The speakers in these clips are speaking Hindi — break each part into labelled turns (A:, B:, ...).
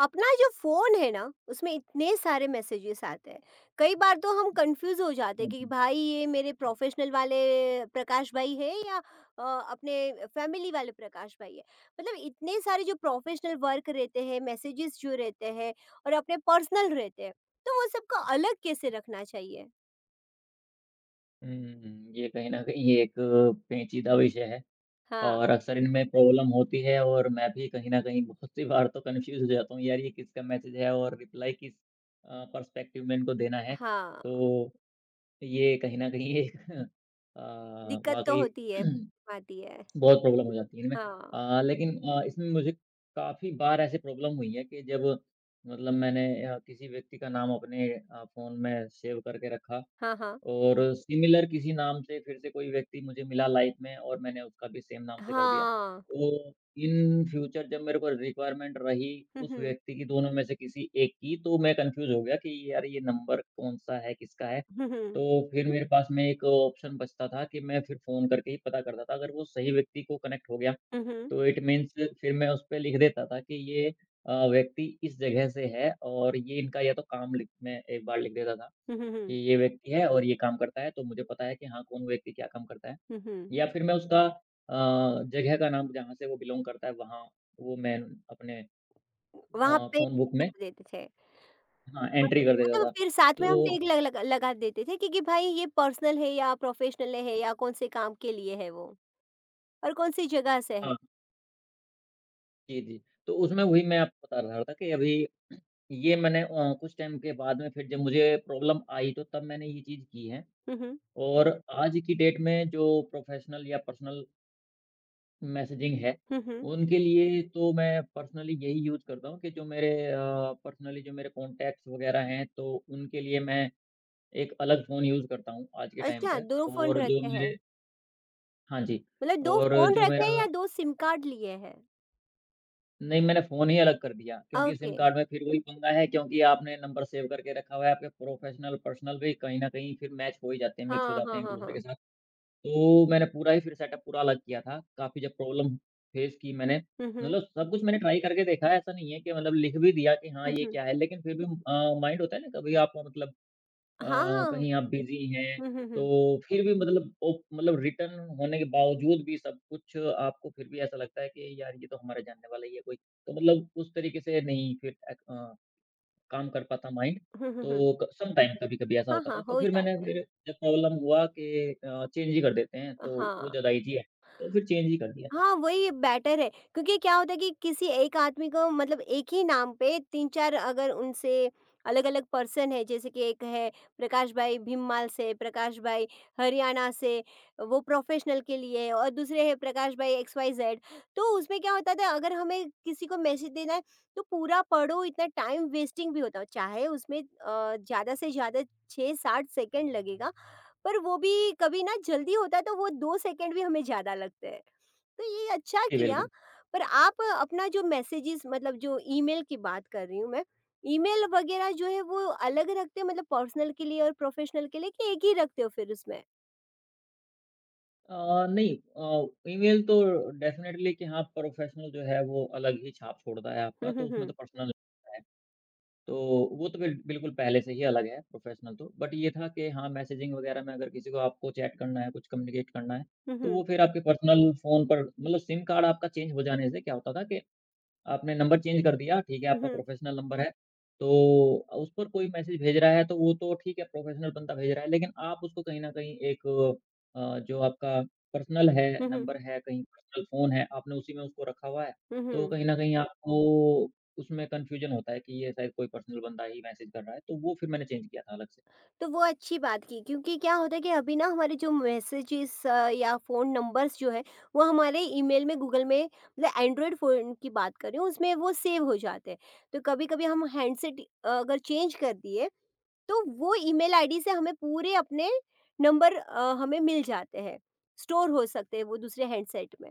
A: अपना जो फ़ोन है ना, उसमें इतने सारे मैसेजेस आते हैं। कई बार तो हम कन्फ्यूज़ हो जाते हैं
B: हाँ
A: कि
B: जी।
A: भाई ये मेरे प्रोफ़ेशनल वाले प्रकाश भाई है या अ, अपने फ़ैमिली वाले प्रकाश भाई है। मतलब इतने सारे जो प्रोफ़ेशनल वर्क रहते हैं, मैसेजेस जो रहते हैं और अपने पर्सनल रहते हैं, तो वो सबको अलग कैसे रखना चाहिए?
B: ये कहीं न कहीं ये एक पेचीदा विषय है
A: हाँ,
B: और अक्सर इनमें प्रॉब्लम होती है और मैं भी कहीं न कहीं बहुत सी बार तो कन्फ्यूज़ हो जाता हूँ, यार ये किसका मैसेज है और रिप्लाई किस पर्सपेक्टिव में इनको देना है।
A: हाँ,
B: तो ये कहीं न कहीं एक अ,
A: दिक्कत तो
B: वाक़ई
A: होती है, आती है।
B: बहुत प्रॉब्लम हो जाती है इनमें।
A: हाँ,
B: लेकिन इसमें मुझे काफ़ी बार ऐसी प्रॉब्लम हुई है कि जब मतलब मैंने किसी व्यक्ति का नाम अपने फ़ोन में सेव करके रखा
A: हाँ, हाँ।
B: और सिमिलर किसी नाम से फिर से कोई व्यक्ति मुझे मिला लाइफ़ में और मैंने उसका भी सेम नाम से कर दिया।
A: हाँ।
B: तो इन फ्यूचर जब मेरे को रिक्वायरमेंट रही
A: हुँ,
B: उस
A: हुँ।
B: व्यक्ति की दोनों में से किसी एक की तो मैं कन्फ्यूज़ हो गया कि यार ये नंबर कौन-सा है, किसका है?
A: हुँ, हुँ।
B: तो फिर मेरे पास में एक ऑप्शन बचता था कि मैं फिर फ़ोन करके ही पता करता था। अगर वो सही व्यक्ति को कनेक्ट हो गया
A: हुँ, हुँ।
B: तो इट मीन्स फिर मैं उस पे लिख देता था कि ये व्यक्ति इस जगह से है और ये इनका या तो काम लिख मैं एक बार लिख देता था।
A: हुँ, हुँ,
B: कि
A: हुँ।
B: ये व्यक्ति है और ये काम करता है, तो मुझे पता है कि हाँ, कौन व्यक्ति क्या काम करता है।
A: हुँ, हुँ।
B: या फिर मैं उसका अ, जगह का नाम जहाँ से वो बिलॉन्ग करता है वहाँ वो मैं अपने
A: वहाँ पे
B: फ़ोन बुक में
A: कर देते थे।
B: हाँ, एंट्री कर देता
A: मतलब
B: था।
A: फिर साथ में हम
B: तो
A: टैग लग लग लगा देते थे क्योंकि भाई ये पर्सनल है या प्रोफेशनल है या कौन से काम के लिए है वो और कौन सी जगह से है।
B: हाँ, जी, जी। तो उसमें वही मैं आपको बता रहा था कि अभी ये मैंने कुछ टाइम के बाद में फिर जब मुझे प्रॉब्लम आई तो तब मैंने ये चीज़ की है।
A: हुँ, हुँ।
B: और आज की डेट में जो प्रोफ़ेशनल या पर्सनल मैसेजिंग है,
A: हुँ, हुँ।
B: उनके लिए तो मैं पर्सनली यही यूज़ करता हूँ कि पर्सनली जो मेरे कॉन्टैक्ट्स वगैरह हैं, तो उनके लिए मैं एक अलग फ़ोन यूज़ करता हूँ आज के टाइम
A: अच्छा,
B: पे
A: 2 फ़ोन
B: और जो
A: रखे हैं।
B: मेरे हाँ जी,
A: मतलब 2
B: और
A: फ़ोन
B: जो
A: रखे
B: मेरा
A: हैं या 2 सिम कार्ड लिए हैं?
B: नहीं मैंने फ़ोन ही अलग कर दिया क्योंकि सिम
A: ओके।
B: कार्ड में फिर वही पंगा है क्योंकि आपने नंबर सेव करके रखा हुआ है, आपके प्रोफ़ेशनल, पर्सनल भी कहीं न कहीं फिर मैच हो ही जाते हैं, मिक्स हो
A: हाँ,
B: जाते
A: हाँ,
B: हैं
A: हाँ,
B: एक-दूसरे
A: हाँ।
B: के साथ। तो मैंने पूरा ही फिर सेटअप पूरा अलग किया था, काफ़ी जब प्रॉब्लम फेस की मैंने,
A: हुँ, हुँ।
B: मतलब सब कुछ मैंने ट्राई करके देखा है, ऐसा नहीं है कि मतलब लिख भी दिया कि हाँ,
A: हुँ,
B: ये
A: हुँ।
B: क्या है, लेकिन फिर भी माइंड होता है ना कभी आप मतलब अ,
A: हाँ, हाँ।
B: कहीं आप बिज़ी हैं,
A: हुँ, हुँ,
B: तो
A: हुँ।
B: फिर भी मतलब ओ मतलब रिटर्न होने के बावजूद भी सब कुछ आपको फिर भी ऐसा लगता है कि यार, ये तो हमारा जानने वाला ही है कोई, तो मतलब उस तरीके से नहीं फिर अ, क अ काम कर पाता माइंड,
A: हुँ, हुँ, हुँ।
B: तो क समटाइम कभी-कभी ऐसा
A: हाँ,
B: होता था।
A: हाँ,
B: तो
A: हो
B: फिर मैंने
A: जाता है।
B: फिर जब प्रॉब्लम हुआ कि चेंज ही कर देते हैं, तो वो
A: हाँ।
B: ज़्यादा ईज़ी है, तो फिर चेंज ही कर दिया था।
A: हाँ, वही बेटर है क्योंकि क्या होता है कि किसी एक आदमी को मतलब एक ही नाम पे 3-4 अगर उनसे अलग-अलग पर्सन है, जैसे कि एक है प्रकाश भाई भीममाल से, प्रकाश भाई हरियाणा से, वो प्रोफेशनल के लिए है और दूसरे हैं प्रकाश भाई एक्सवाईजेड। तो उसमें क्या होता था अगर हमें किसी को मैसेज देना है तो पूरा पढ़ो इतना टाइम वेस्टिंग भी होता है। चाहे उसमें ज़्यादा से ज़्यादा 6-7 सेकंड लगेगा, पर वो भी कभी ना जल्दी होता है तो वो 2 सेकंड भी हमें ज़्यादा लगते हैं। तो ये अच्छा
B: जी,
A: किया,
B: बिल्कुल।
A: पर आप अपना जो मैसेजेस मतलब जो ईमेल की बात कर रही हूँ मैं, ईमेल वगैरह जो है वो अलग रखते हो मतलब पर्सनल के लिए और प्रोफेशनल के लिए कि एक ही रखते हो फिर उसमें?
B: नहीं ईमेल तो डेफ़िनेटली कि हाँ, प्रोफ़ेशनल जो है वो अलग ही छाप छोड़ता है
A: हुँ,
B: आपका,
A: हुँ,
B: तो उसमें
A: हुँ।
B: तो पर्सनल है। तो वो तो बिल्कुल पहले से ही अलग है प्रोफ़ेशनल तो, बट ये था कि हाँ, मैसेजिंग वगैरह में अगर किसी को आपको चैट करना है, कुछ कम्युनिकेट करना है,
A: हुँ,
B: तो
A: हुँ।
B: वो फिर आपके पर्सनल फ़ोन पर मतलब सिम कार्ड आपका चेंज हो जाने से क्या होता था कि आपने नंबर चेंज कर दिया, ठीक है,
A: हुँ,
B: आपका
A: हुँ।
B: प्रोफ़ेशनल नंबर है, तो उस पर कोई मैसेज भेज रहा है, तो वो तो ठीक है, प्रोफ़ेशनल बंदा भेज रहा है, लेकिन आप उसको कहीं न कहीं एक जो आपका पर्सनल है,
A: हुँ, हुँ।
B: नंबर है, कहीं पर्सनल फ़ोन है, आपने उसी में उसको रखा हुआ है,
A: हुँ,
B: तो
A: हुँ।
B: कहीं न कहीं आपको उसमें कन्फ्यूज़न होता है कि ये शायद कोई पर्सनल बंदा ही मैसेज कर रहा है, तो वो फिर मैंने चेंज किया था अलग से।
A: तो वो अच्छी बात की क्योंकि क्या होता है कि अभी ना हमारे जो मैसेजेस या फ़ोन नंबर्स जो है, वो हमारे ईमेल में गूगल में मतलब एंड्रॉयड फ़ोन की बात कर रही हूँ उसमें वो सेव हो जाते हैं। तो कभी-कभी हम हैंडसेट अगर चेंज कर दिए तो वो ईमेल आईडी से हमें पूरे अपने नंबर हमें मिल जाते हैं, स्टोर हो सकते हैं वो दूसरे हैंडसेट में।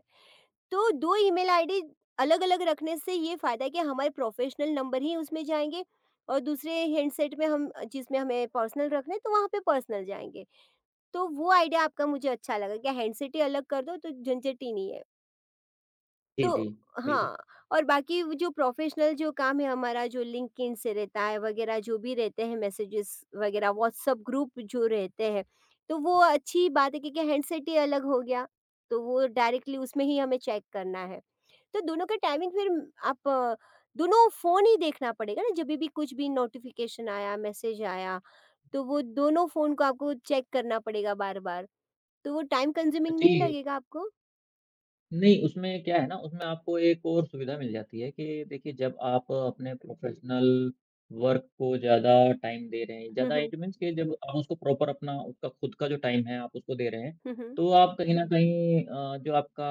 A: तो 2 ईमेल आईडी अलग-अलग रखने से ये फ़ायदा है कि हमारे प्रोफ़ेशनल नंबर ही उसमें जाएँगे और दूसरे हैंडसेट में हम जिसमें हमें पर्सनल रखने हैं, तो वहाँ पे पर्सनल जाएँगे। तो वो आइडिया आपका मुझे अच्छा लगा कि हैंडसेट ही अलग कर दो तो झंझट ही नहीं है।
B: जी,
A: तो
B: जी, बिल्कुल।
A: हाँ, और बाकी वो जो प्रोफ़ेशनल जो काम है हमारा जो लिंक्डइन से रहता है वगैरह जो भी रहते हैं मैसेजेस वगैरह व्हाट्सएप ग्रुप जो रहते हैं, तो वो अच्छी बात है क्योंकि हैंडसेट ही अलग हो गया, तो वो डायरेक्टली उसमें ही हमें चेक करना है। तो दोनों का टाइमिंग फिर आप दोनों फ़ोन ही देखना पड़ेगा ना, जभी भी कुछ भी नोटिफ़िकेशन आया, मैसेज आया, तो वो दोनों फ़ोन को आपको चेक करना पड़ेगा बार-बार, तो वो टाइम कंज्यूमिंग
B: जी।
A: नहीं लगेगा आपको?
B: नहीं, उसमें क्या है ना, उसमें आपको एक और सुविधा मिल जाती है कि देखिए जब आप अपने प्रोफ़ेशनल वर्क को ज़्यादा टाइम दे रहे हैं,
A: हुँ,
B: ज़्यादा
A: हुँ।
B: इट मीन्स कि जब आप उसको प्रॉपर अपना उसका खुद का जो टाइम है आप उसको दे रहे हैं,
A: हुँ, हुँ।
B: तो आप कहीं न कहीं जो आपका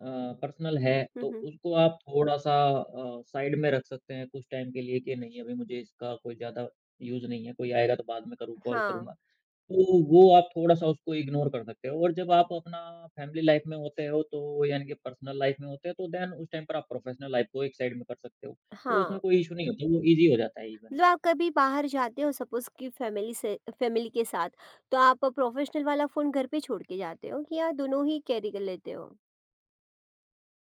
B: अ, पर्सनल है
A: हुँ,
B: तो
A: हुँ।
B: उसको आप थोड़ा-सा साइड में रख सकते हैं कुछ टाइम के लिए कि नहीं अभी मुझे इसका कोई ज़्यादा यूज़ नहीं है, कोई आएगा तो बाद में करूँ कॉल
A: हाँ।
B: करूँगा। तो वो आप थोड़ा-सा उसको इग्नोर कर सकते हो और जब आप अपना फैमिली लाइफ में होते हो तो यानी कि पर्सनल लाइफ में होते हो तो देन उस टाइम पर आप प्रोफेशनल लाइफ को एक साइड में कर सकते हो। तो
A: हाँ,
B: उसमें कोई इश्यू नहीं होता, वो ईज़ी हो जाता है इवन।
A: मतलब आप कभी बाहर जाते हो सपोज़ कि फैमिली से फैमिली के साथ, तो आप प्रोफ़ेशनल वाला फ़ोन घर पे छोड़ के जाते हो कि या दोनों ही कैरी कर लेते हो?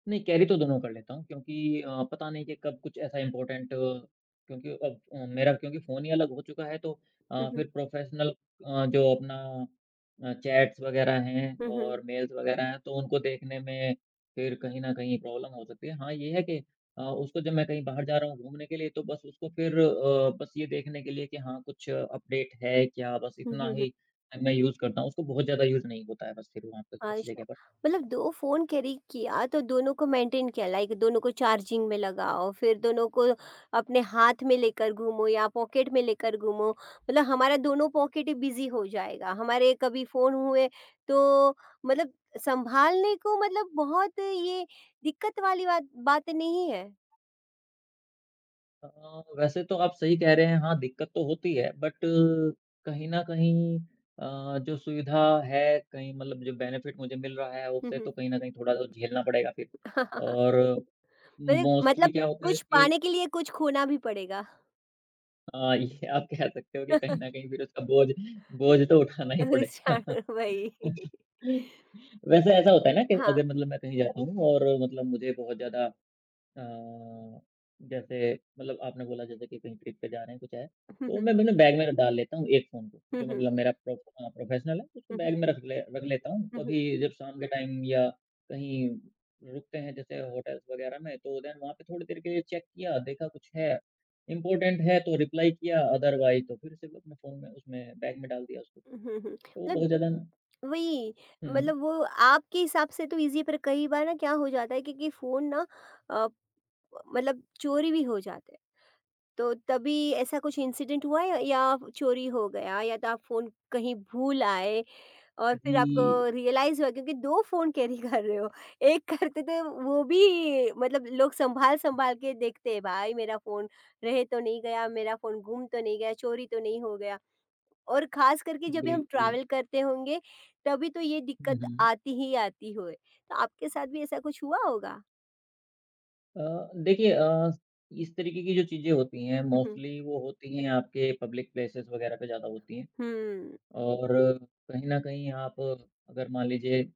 B: नहीं, कैरी तो दोनों कर लेता हूँ क्योंकि पता नहीं कि कब कुछ ऐसा इम्पोर्टेंट क्योंकि अब मेरा क्योंकि फ़ोन ही अलग हो चुका है तो
A: हुँ, हुँ।
B: फिर प्रोफ़ेशनल जो अपना चैट्स वग़ैरह हैं
A: हुँ, हुँ।
B: और मेल्स वग़ैरह हैं, तो उनको देखने में फिर कहीं न कहीं प्रॉब्लम हो सकती है। हाँ, ये है कि उसको जब मैं कहीं बाहर जा रहा हूँ घूमने के लिए तो बस उसको फिर बस ये देखने के लिए कि हाँ, कुछ अपडेट है क्या? बस
A: हुँ,
B: इतना
A: हुँ, हुँ।
B: ही मैं यूज़ करता हूँ, उसको बहुत ज़्यादा यूज़ नहीं होता है बस फिर वहाँ पे अच्छी
A: अच्छा,
B: जगह
A: मतलब 2 फ़ोन कैरी किया तो दोनों को मेंटेन किया लाइक दोनों को चार्जिंग में लगाओ, फिर दोनों को अपने हाथ में लेकर घूमो या पॉकेट में लेकर घूमो, मतलब हमारा दोनों पॉकेट ही बिज़ी हो जाएगा। हमारे कभी फ़ोन हुए तो मतलब सँभालने को मतलब बहुत ये दिक्कत वाली बात बात नहीं है।
B: वैसे तो आप सही कह रहे हैं, हाँ, दिक्कत तो होती है बट कहीं न कहीं जो सुविधा है कहीं मतलब जो बेनिफिट मुझे मिल रहा है
A: हुँ,
B: उससे तो
A: हुँ।
B: कहीं न कहीं थोड़ा तो झेलना पड़ेगा फिर। और
A: मतलब
B: मोस्टली
A: मतलब
B: क्या होता है
A: कुछ
B: कि
A: पाने के लिए कुछ खोना भी पड़ेगा।
B: ये आप कह सकते हो कि कहीं न कहीं फिर उसका बोझ बोझ तो उठाना ही
A: अच्छा,
B: पड़ेगा।
A: वही।
B: वैसे ऐसा होता है ना कि
A: हाँ।
B: अगर मतलब मैं कहीं जाता हूँ और मतलब मुझे बहुत ज़्यादा अ, जैसे मतलब आपने बोला जैसे कि कहीं ट्रिप पे जा रहे हैं, कुछ है,
A: हुँ,
B: तो
A: हुँ।
B: मैं अपने बैग में डाल लेता हूँ एक फ़ोन को,
A: हुँ,
B: जो
A: हुँ।
B: मतलब मेरा प्रोफ़ेशनल है, उसको
A: हुँ, हुँ।
B: बैग में रख लेता हूँ।
A: हुँ, हुँ।
B: कभी जब शाम के टाइम या कहीं रुकते हैं जैसे होटल्स वग़ैरह में, तो देन वहाँ पे थोड़ी देर के लिए चेक किया, देखा कुछ है, इम्पोर्टेंट है तो रिप्लाई किया, अदरवाइज़ तो फिर से वो अपने फ़ोन में उसमें बैग में डाल दिया उसको।
A: हुँ, हुँ।
B: तो वो बहुत
A: मतलब
B: ज़्यादा
A: वही
B: हुँ,
A: मतलब वो आपके हिसाब से तो ईज़ी है, पर कई बार ना क्या हो जाता है क्योंकि फ़ोन ना अ, मतलब चोरी भी हो जाते हैं। तो तभी ऐसा कुछ इंसिडेंट हुआ है या चोरी हो गया या तो आप फ़ोन कहीं भूल आए और फिर आपको
B: जी,
A: रियलाइज़ हुआ क्योंकि 2 फ़ोन कैरी कर रहे हो। एक करते तो वो भी मतलब लोग संभाल-संभाल के देखते हैं भाई मेरा फ़ोन रह तो नहीं गया, मेरा फ़ोन गुम तो नहीं गया, चोरी तो नहीं हो गया। और ख़ास करके जब भी हम
B: बिल्कुल।
A: ट्रैवल करते होंगे, तभी तो ये
B: हुँ,
A: दिक्कत
B: हुँ।
A: आती ही आती होए। तो आपके साथ भी ऐसा कुछ हुआ होगा?
B: अ, देखिए इस तरीके की जो चीज़ें होती हैं
A: हुँ, हुँ।
B: मोस्टली वो होती हैं आपके पब्लिक प्लेसेस वगैरह पे ज़्यादा होती हैं
A: हुँ,
B: और कहीं न कहीं आप अगर मान लीजिए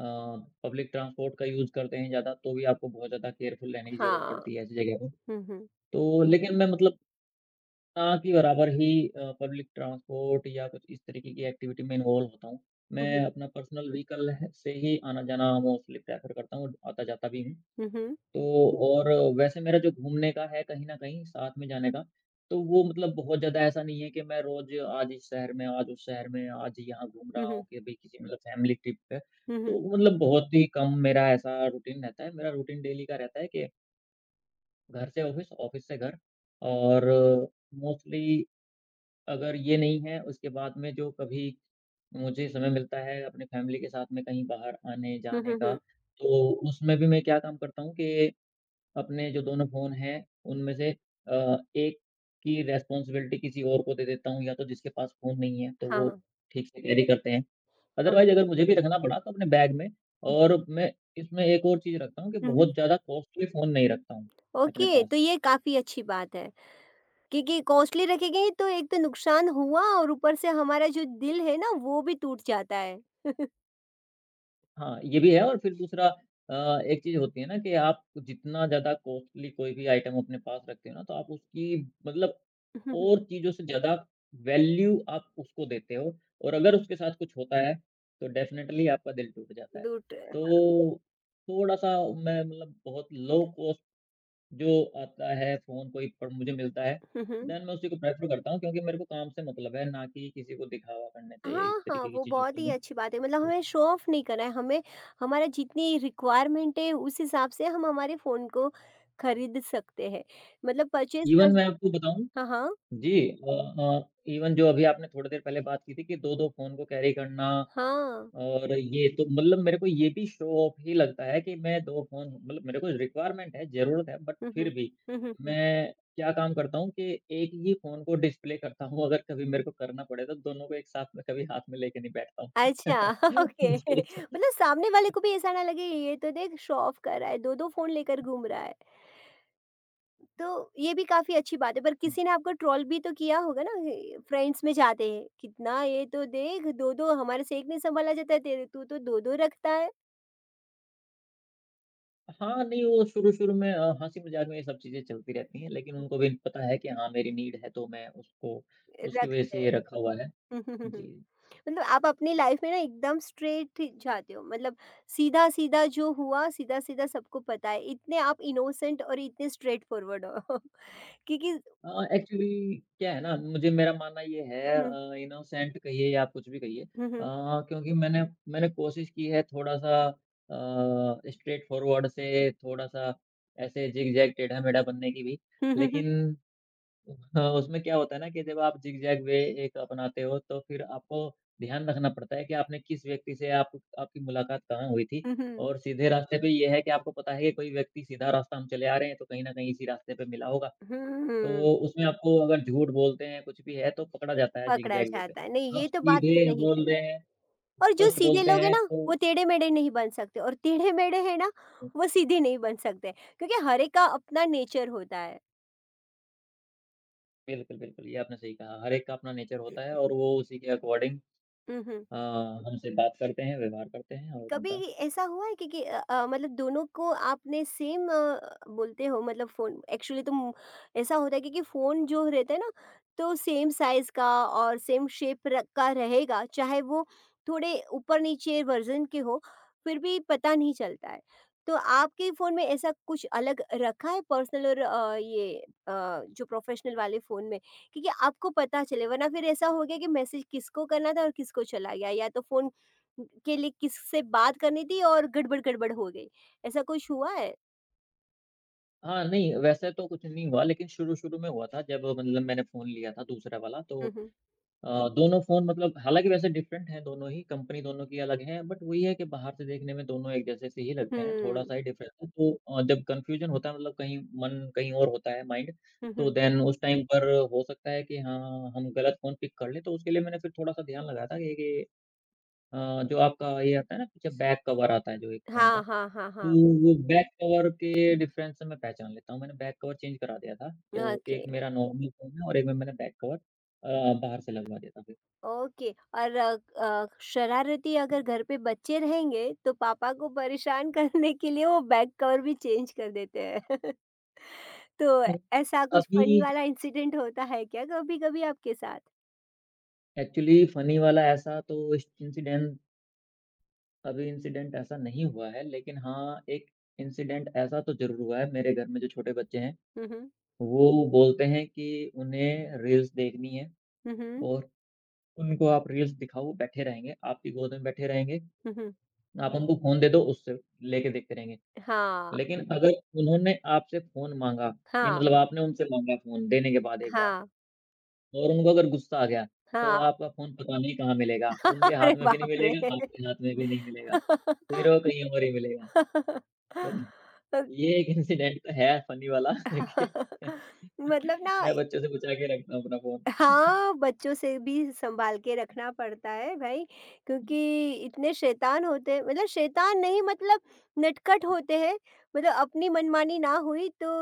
B: पब्लिक ट्रांसपोर्ट का यूज़ करते हैं ज़्यादा तो भी आपको बहुत ज़्यादा केयरफुल रहने की ज़रूरत
A: हाँ।
B: पड़ती है ऐसी जगह पे।
A: हुँ, हुँ।
B: तो लेकिन मैं मतलब ना के बराबर ही पब्लिक ट्रांसपोर्ट या कुछ इस तरीके की एक्टिविटी में इन्वॉल्व होता हूँ।
A: हुँ, हुँ।
B: मैं अपना पर्सनल व्हीकल है से ही आना-जाना मोस्टली प्रेफर करता हूँ, आता-जाता भी हूँ।
A: हुँ, हुँ।
B: तो और वैसे मेरा जो घूमने का है कहीं न कहीं साथ में जाने का, तो वो मतलब बहुत ज़्यादा ऐसा नहीं है कि मैं रोज़ आज इस शहर में, आज उस शहर में, आज यहाँ घूम
A: हुँ,
B: रहा हूँ
A: हुँ।
B: कि अभी किसी मतलब फैमिली ट्रिप पे।
A: हुँ, हुँ।
B: तो मतलब बहुत ही कम मेरा ऐसा रूटीन रहता है। मेरा रूटीन डेली का रहता है कि घर से ऑफ़िस, ऑफ़िस से घर और मोस्टली अगर ये नहीं है उसके बाद में जो कभी मुझे समय मिलता है अपनी फैमिली के साथ में कहीं बाहर
A: हुँ,
B: आने-जाने
A: हुँ,
B: का,
A: हुँ।
B: तो उसमें भी मैं क्या काम करता हूँ कि अपने जो दोनों फ़ोन हैं, उनमें से एक की रिस्पॉन्सिबिलिटी किसी और को दे देता हूँ या तो जिसके पास फ़ोन नहीं है, तो वो
A: हाँ,
B: ठीक से कैरी करते हैं। Otherwise
A: okay.
B: अगर मुझे भी रखना पड़ा तो अपने बैग में
A: हुँ,
B: और मैं इसमें एक और चीज़ रखता हूँ कि
A: हुँ, हुँ।
B: बहुत ज़्यादा कॉस्टली फ़ोन नहीं रखता हूँ अपने
A: ओके,
B: पास।
A: तो ये काफ़ी अच्छी बात है, क्योंकि कॉस्टली रखेंगे तो एक तो नुकसान हुआ और ऊपर से हमारा जो दिल है ना, वो भी टूट जाता है।
B: हाँ, ये भी है और फिर दूसरा एक चीज़ होती है ना कि आप जितना ज़्यादा कॉस्टली कोई भी आइटम अपने पास रखते हो ना, तो आप उसकी मतलब
A: हुँ, हुँ।
B: और चीज़ों से ज़्यादा वैल्यू आप उसको देते हो और अगर
A: हुँ,
B: उसके साथ कुछ होता है, तो डेफ़िनेटली आपका दिल टूट जाता है।
A: टूट
B: तो थोड़ा-सा मैं मतलब बहुत लो कॉस्ट जो आता है फ़ोन कोई पर मुझे मिलता है,
A: हुँ, हुँ।
B: देन मैं उसी को प्रेफ़र करता हूँ क्योंकि मेरे को काम से मतलब है, ना कि किसी को दिखावा करने से या इस
A: हाँ, हाँ,
B: तरीके की
A: वो
B: चीज़ों
A: बहुत
B: से
A: ही
B: मैं
A: अच्छी बात है मतलब हमें शो ऑफ नहीं करना है, हमें हमारा जितनी रिक्वायरमेंट है उस हिसाब से हम हमारे फ़ोन को खरीद सकते हैं। मतलब परचेज़
B: इवन
A: कर
B: मैं आपको बताऊँ
A: हाँ, हाँ,
B: जी अ, इवन जो अभी आपने थोड़ी देर पहले बात की थी कि 2-2 फ़ोन को कैरी करना
A: हाँ।
B: और ये तो मतलब मेरे को ये भी शो ऑफ ही लगता है कि मैं 2 फ़ोन मतलब मेरे को रिक्वायरमेंट है, ज़रूरत है बट
A: हुँ,
B: फिर
A: हुँ।
B: भी
A: हुँ, हुँ, हुँ।
B: मैं क्या काम करता हूँ कि एक ही फ़ोन को डिस्प्ले करता हूँ, अगर कभी मेरे को करना पड़े तो दोनों को एक साथ में कभी हाथ में लेके नहीं बैठता हूँ।
A: अच्छा ओके,
B: जी, अच्छा।
A: मतलब सामने वाले को भी ऐसा ना लगे ये तो देख शो ऑफ कर रहा है, 2-2 फ़ोन लेकर घूम रहा है। तो ये भी काफ़ी अच्छी बात है, पर किसी ने आपको ट्रोल भी तो किया होगा ना ये फ्रेंड्स में जाते हैं, कितना ये तो देख 2-2 हमारे से 1 नहीं सँभाला जाता है तेरे तू तो 2-2 रखता है।
B: हाँ, नहीं वो शुरू-शुरू में हँसी-मज़ाक में ये सब चीज़ें चलती रहती हैं, लेकिन उनको भी पता है कि हाँ, मेरी नीड है तो मैं उसको उसकी वजह
A: रखते
B: से
A: हैं।
B: ये रखा हुआ है।
A: हुँ, हुँ, हुँ, हुँ।
B: जी।
A: मतलब आप अपनी लाइफ में ना एकदम स्ट्रेट जाते हो मतलब सीधा-सीधा जो हुआ सीधा-सीधा सबको पता है। इतने आप इनोसेंट और इतने स्ट्रेट फॉरवर्ड हो। क्योंकि
B: अ, एक्चुअली क्या है ना, मुझे मेरा मानना ये है
A: हुँ,
B: इनोसेंट कहिए या आप कुछ भी कहिए
A: हुँ, हुँ।
B: क्योंकि मैंने मैंने कोशिश की है थोड़ा-सा स्ट्रेट फॉरवर्ड से थोड़ा-सा ऐसे ज़िग-ज़ैग, टेढ़ा-मेढ़ा बनने की भी।
A: हुँ, हुँ, हुँ।
B: लेकिन उसमें क्या होता है ना कि जब आप ज़िग-ज़ैग वे एक अपनाते हो, तो फिर आपको ध्यान रखना पड़ता है कि आपने किस व्यक्ति से आप आपकी मुलाकात कहाँ हुई थी।
A: हुँ, हुँ।
B: और सीधे रास्ते पे ये है कि आपको पता है कि कोई व्यक्ति सीधा रास्ता हम चले आ रहे हैं, तो कहीं न कहीं इसी रास्ते पे मिला होगा।
A: हुँ,
B: तो उसमें आपको अगर झूठ बोलते हैं, कुछ भी है, तो पकड़ा जाता है
A: पकड़ा
B: ज़िगज़ैग वे पे।
A: जाता है। नहीं
B: आप
A: ये तो बात
B: सीधे
A: सही
B: बोल
A: कही।
B: रहे हैं,
A: और जो
B: स्पष्ट
A: सीधे
B: बोलते
A: लोग हैं
B: हैं
A: ना
B: तो
A: वो टेढ़े-मेढ़े नहीं बन सकते और टेढ़े-मेढ़े हैं ना वो सीधे नहीं बन सकते क्योंकि हर एक का अपना नेचर होता है।
B: बिल्कुल, बिल्कुल, ये आपने सही कहा। हर एक का अपना नेचर होता है और वो उसी के अकॉर्डिंग
A: हुँ, हुँ।
B: अ, हमसे बात करते हैं, व्यवहार करते हैं और
A: कभी
B: उनका
A: ऐसा हुआ है कि, मतलब दोनों को आपने सेम बोलते हो मतलब फ़ोन एक्चुअली तो म ऐसा होता है कि फ़ोन जो रहता है ना तो सेम साइज़ का और सेम शेप र का रहेगा, चाहे वो थोड़े ऊपर-नीचे वर्ज़न के हो, फिर भी पता नहीं चलता है। तो आपके फ़ोन में ऐसा कुछ अलग रखा है पर्सनल और अ, जो प्रोफ़ेशनल वाले फ़ोन में? क्योंकि आपको पता चले वरना फिर ऐसा हो गया कि मैसेज किसको करना था और किसको चला गया या तो फ़ोन के लिए किससे बात करनी थी और गड़बड़-गड़बड़ हो गई, ऐसा कुछ हुआ है?
B: हाँ, नहीं वैसे तो कुछ नहीं हुआ लेकिन शुरू-शुरू में हुआ था जब मतलब मैंने फ़ोन लिया था दूसरा वाला तो
A: हुँ, हुँ।
B: दोनों फ़ोन मतलब हालाँकि वैसे डिफरेंट हैं दोनों ही, कंपनी दोनों की अलग है, बट वही है कि बाहर से देखने में दोनों एक जैसे से ही लगते हैं,
A: हुँ,
B: थोड़ा-सा ही डिफरेंस है। तो जब कन्फ्यूज़न होता है मतलब कहीं मन कहीं और होता है माइंड,
A: हुँ,
B: तो
A: हुँ।
B: देन उस टाइम पर हो सकता है कि हाँ, हम गलत फ़ोन पिक कर लें, तो उसके लिए मैंने फिर थोड़ा-सा ध्यान लगाया था कि अ, जो आपका ये आता है ना पीछे बैक कवर आता है जो एक फ़ोन का,
A: हाँ, हाँ, हाँ,
B: तो
A: हाँ।
B: वो बैक कवर के डिफरेंस से मैं पहचान लेता हूँ। मैंने बैक कवर चेंज करा दिया था, तो
A: ओके,
B: एक मेरा नॉर्मल फ़ोन है और एक में मैंने बैक कवर अ, बाहर से लगवा दिया था
A: ओके। और शरारती अगर घर पे बच्चे रहेंगे तो पापा को परेशान करने के लिए वो बैग कवर भी चेंज कर देते हैं। तो
B: फिर।
A: ऐसा कुछ
B: अभी
A: फ़नी वाला इंसिडेंट होता है क्या कभी-कभी आपके साथ?
B: एक्चुअली फ़नी वाला ऐसा तो इस इंसिडेंट अभी इंसिडेंट ऐसा नहीं हुआ है, लेकिन हाँ, एक इंसिडेंट ऐसा तो ज़रूर हुआ है मेरे घर में जो छोटे बच्चे हैं,
A: हुँ, हुँ।
B: वो बोलते हैं कि उन्हें रील्स देखनी है
A: हुँ, हुँ।
B: और उनको आप रील्स दिखाओ, वो बैठे रहेंगे, आपकी गोद में बैठे रहेंगे।
A: हुँ, हुँ।
B: आप उनको फ़ोन दे दो, उससे लेके देखते रहेंगे।
A: हाँ,
B: लेकिन अगर उन्होंने आपसे फ़ोन माँगा, ये
A: हाँ,
B: मतलब आपने उनसे माँगा फ़ोन देने के बाद एक बार
A: हाँ,
B: और उनको अगर गुस्सा आ गया, तो
A: हाँ।
B: आपका फ़ोन पता नहीं कहाँ मिलेगा, उनके हाथ
A: अरे
B: में भी नहीं
A: बाप रे!
B: मिलेगा, आपके हाथ में भी नहीं मिलेगा, फिर वो कहीं और ही मिलेगा। तो ये एक इंसिडेंट तो है फ़नी वाला कि
A: मतलब ना
B: मैं बच्चों से बचा के रखता हूँ अपना फ़ोन।
A: हाँ, बच्चों से भी सँभाल के रखना पड़ता है भई क्योंकि इतने शैतान होते हैं मतलब शैतान नहीं मतलब नटखट होते हैं, मतलब अपनी मनमानी ना हुई तो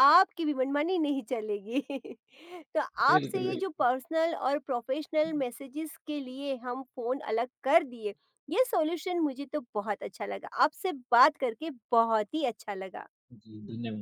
A: आपकी भी मनमानी नहीं चलेगी। तो आपसे
B: बिल्कुल,
A: ये
B: बिल्कुल।
A: जो पर्सनल और प्रोफ़ेशनल मैसेजेस के लिए हम फ़ोन अलग कर दिए, ये सॉल्यूशन मुझे तो बहुत अच्छा लगा। आपसे बात करके बहुत ही अच्छा लगा।
B: जी, धन्यवाद।